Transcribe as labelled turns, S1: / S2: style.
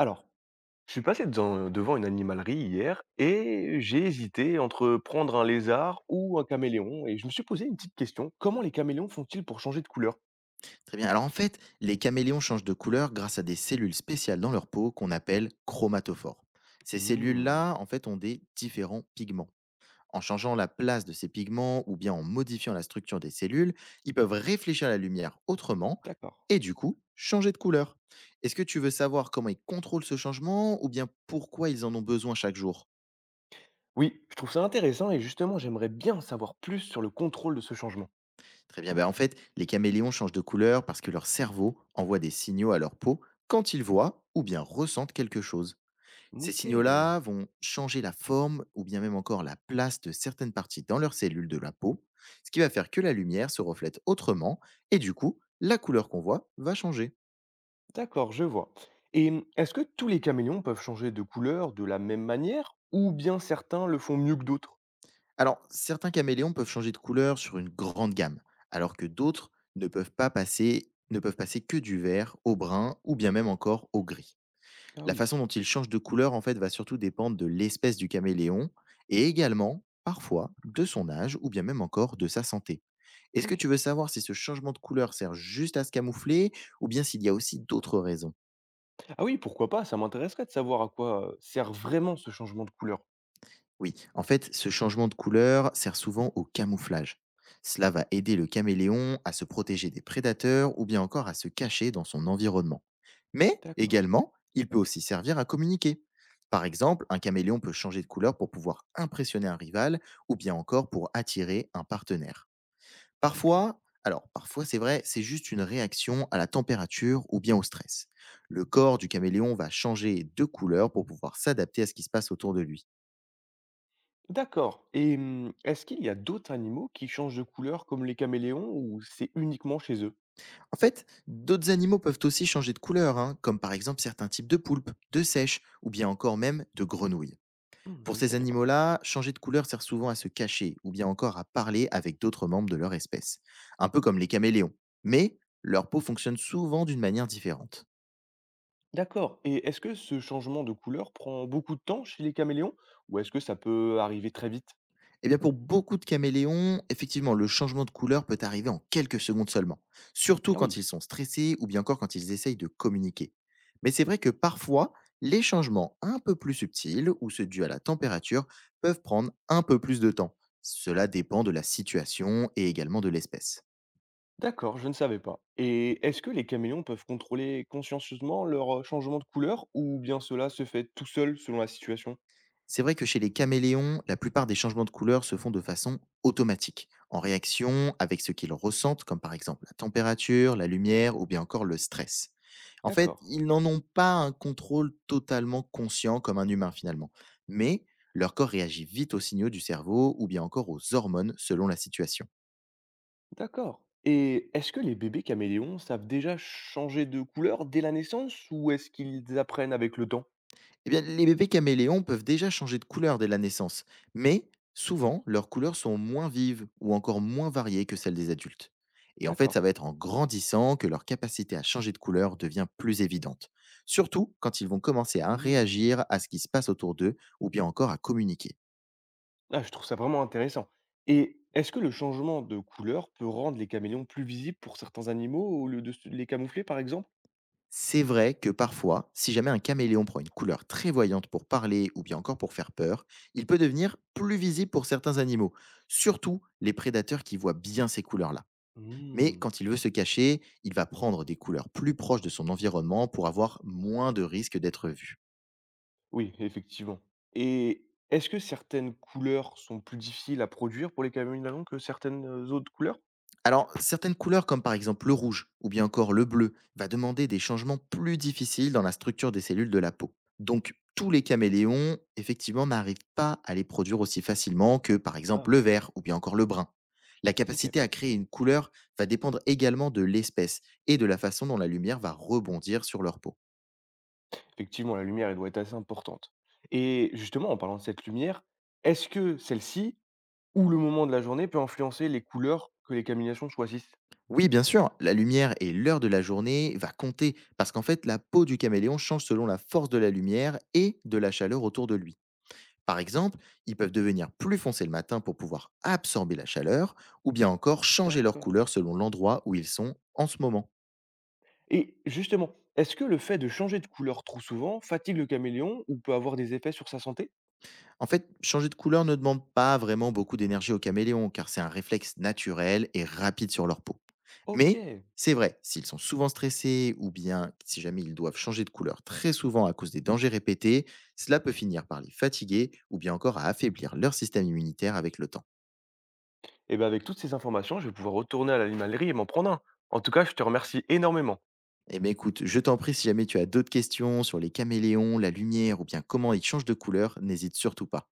S1: Alors, je suis passé devant une animalerie hier et j'ai hésité entre prendre un lézard ou un caméléon et je me suis posé une petite question. Comment les caméléons font-ils pour changer de couleur?
S2: Très bien. Alors en fait, les caméléons changent de couleur grâce à des cellules spéciales dans leur peau qu'on appelle chromatophores. Ces
S1: Hmm.
S2: cellules-là, en fait, ont des différents pigments. En changeant la place de ces pigments ou bien en modifiant la structure des cellules, ils peuvent réfléchir la lumière autrement
S1: D'accord.
S2: et du coup changer de couleur. Est-ce que tu veux savoir comment ils contrôlent ce changement ou bien pourquoi ils en ont besoin chaque jour?
S1: Oui, je trouve ça intéressant et justement j'aimerais bien en savoir plus sur le contrôle de ce changement.
S2: Très bien, ben en fait, les caméléons changent de couleur parce que leur cerveau envoie des signaux à leur peau quand ils voient ou bien ressentent quelque chose. Ces
S1: Ok,
S2: signaux-là vont changer la forme ou bien même encore la place de certaines parties dans leurs cellules de la peau, ce qui va faire que la lumière se reflète autrement et du coup, la couleur qu'on voit va changer.
S1: d'accord, je vois. Et est-ce que tous les caméléons peuvent changer de couleur de la même manière ou bien certains le font mieux que d'autres?
S2: Alors, certains caméléons peuvent changer de couleur sur une grande gamme, alors que d'autres ne peuvent passer que du vert au brun ou bien même encore au gris.
S1: Ah
S2: La
S1: oui,
S2: façon dont il change de couleur, en fait, va surtout dépendre de l'espèce du caméléon et également, parfois, de son âge ou bien même encore de sa santé. Est-ce que
S1: ok.
S2: tu veux savoir si ce changement de couleur sert juste à se camoufler ou bien s'il y a aussi d'autres raisons?
S1: Ah oui, pourquoi pas, ça m'intéresserait de savoir à quoi sert vraiment ce changement de couleur.
S2: Oui, en fait, ce changement de couleur sert souvent au camouflage. Cela va aider le caméléon à se protéger des prédateurs ou bien encore à se cacher dans son environnement. Mais
S1: D'accord,
S2: également, il peut aussi servir à communiquer. Par exemple, un caméléon peut changer de couleur pour pouvoir impressionner un rival ou bien encore pour attirer un partenaire.
S1: OK.
S2: Parfois, c'est vrai, c'est juste une réaction à la température ou bien au stress. Le corps du caméléon va changer de couleur pour pouvoir s'adapter à ce qui se passe autour de lui.
S1: D'accord et mmh, est-ce qu'il y a d'autres animaux qui changent de couleur comme les caméléons ou c'est uniquement chez eux?
S2: En fait, d'autres animaux peuvent aussi changer de couleur, hein, comme par exemple certains types de poulpes, de sèches ou bien encore même de grenouilles.
S1: Mmh, je
S2: Pour
S1: ne
S2: ces
S1: savais pas.
S2: animaux-là, changer de couleur sert souvent à se cacher ou bien encore à parler avec d'autres membres de leur espèce, un peu comme les caméléons. Mais leur peau fonctionne souvent d'une manière différente.
S1: D'accord et est-ce que ce changement de couleur prend beaucoup de temps chez les caméléons ou est-ce que ça peut arriver très vite?
S2: Eh bien, pour beaucoup de caméléons, effectivement, le changement de couleur peut arriver en quelques secondes seulement, surtout
S1: Ah
S2: quand
S1: oui,
S2: ils sont stressés ou bien encore quand ils essayent de communiquer. Mais c'est vrai que parfois, les changements un peu plus subtils ou ceux dus à la température peuvent prendre un peu plus de temps. Cela dépend de la situation et également de l'espèce.
S1: d'accord, je ne savais pas et est-ce que les caméléons peuvent contrôler consciencieusement leur, changement de couleur ou bien cela se fait tout seul selon la situation?
S2: C'est vrai que chez les caméléons, la plupart des changements de couleur se font de façon automatique, en réaction avec ce qu'ils ressentent, comme par exemple la température, la lumière ou bien encore le stress. En fait,
S1: D'accord.
S2: ils n'en ont pas un contrôle totalement conscient comme un humain finalement, mais leur corps réagit vite aux signaux du cerveau ou bien encore aux hormones selon la situation.
S1: D'accord. Et est-ce que les bébés caméléons savent déjà changer de couleur dès la naissance ou est-ce qu'ils apprennent avec le temps?
S2: Eh bien, les bébés caméléons peuvent déjà changer de couleur dès la naissance, mais souvent, leurs couleurs sont moins vives ou encore moins variées que celles des adultes. Et en fait,
S1: D'accord.
S2: ça va être en grandissant que leur capacité à changer de couleur devient plus évidente, surtout quand ils vont commencer à
S1: Hmm.
S2: réagir à ce qui se passe autour d'eux ou bien encore à communiquer.
S1: Ah, je trouve ça vraiment intéressant. Et est-ce que le changement de couleur peut rendre les caméléons plus visibles pour certains animaux au lieu de les camoufler, par exemple?
S2: C'est vrai que parfois, si jamais un caméléon prend une couleur très voyante pour parler ou bien encore pour faire peur, il peut devenir plus visible pour certains animaux, surtout les prédateurs qui voient bien ces couleurs-là. Mais
S1: Hmm.
S2: quand il veut se cacher, il va prendre des couleurs plus proches de son environnement pour avoir moins de risques d'être vu.
S1: Oui, effectivement. Et est-ce que certaines couleurs sont plus difficiles à produire pour les caméléons que certaines autres couleurs?
S2: Alors, certaines couleurs comme par exemple le rouge ou bien encore le bleu va demander des changements plus difficiles dans la structure des cellules de la peau. Donc, tous les caméléons, effectivement, n'arrivent pas à les produire aussi facilement que par exemple
S1: Ah,
S2: le vert ou bien encore le brun. La
S1: ok.
S2: capacité à créer une couleur va dépendre également de l'espèce et de la façon dont la lumière va rebondir sur leur peau.
S1: Effectivement, la lumière, elle doit être assez importante et justement, en parlant de cette lumière, est-ce que celle-ci ou le moment de la journée peut influencer les couleurs que les caminations choisissent?
S2: Oui, bien sûr, la lumière et l'heure de la journée va compter parce qu'en fait, la peau du caméléon change selon la force de la lumière et de la chaleur autour de lui. Par exemple, ils peuvent devenir plus foncés le matin pour pouvoir absorber la chaleur ou bien encore changer leur couleur
S1: D'accord.
S2: selon l'endroit où ils sont en ce moment.
S1: Et justement, est-ce que le fait de changer de couleur trop souvent fatigue le caméléon ou peut avoir des effets sur sa santé?
S2: En fait, changer de couleur ne demande pas vraiment beaucoup d'énergie aux caméléons, car c'est un réflexe naturel et rapide sur leur peau.
S1: Ok.
S2: Mais
S1: Et
S2: c'est vrai, s'ils sont souvent stressés ou bien si jamais ils doivent changer de couleur très souvent à cause des dangers répétés, cela peut finir par les fatiguer ou bien encore à affaiblir leur système immunitaire avec le temps.
S1: ben avec toutes ces informations, je vais pouvoir retourner à l'animalerie et m'en prendre un. En tout cas, je te remercie énormément.
S2: Eh bien écoute, je t'en prie, si jamais tu as d'autres questions sur les caméléons, la lumière ou bien comment ils changent de couleur, n'hésite surtout pas.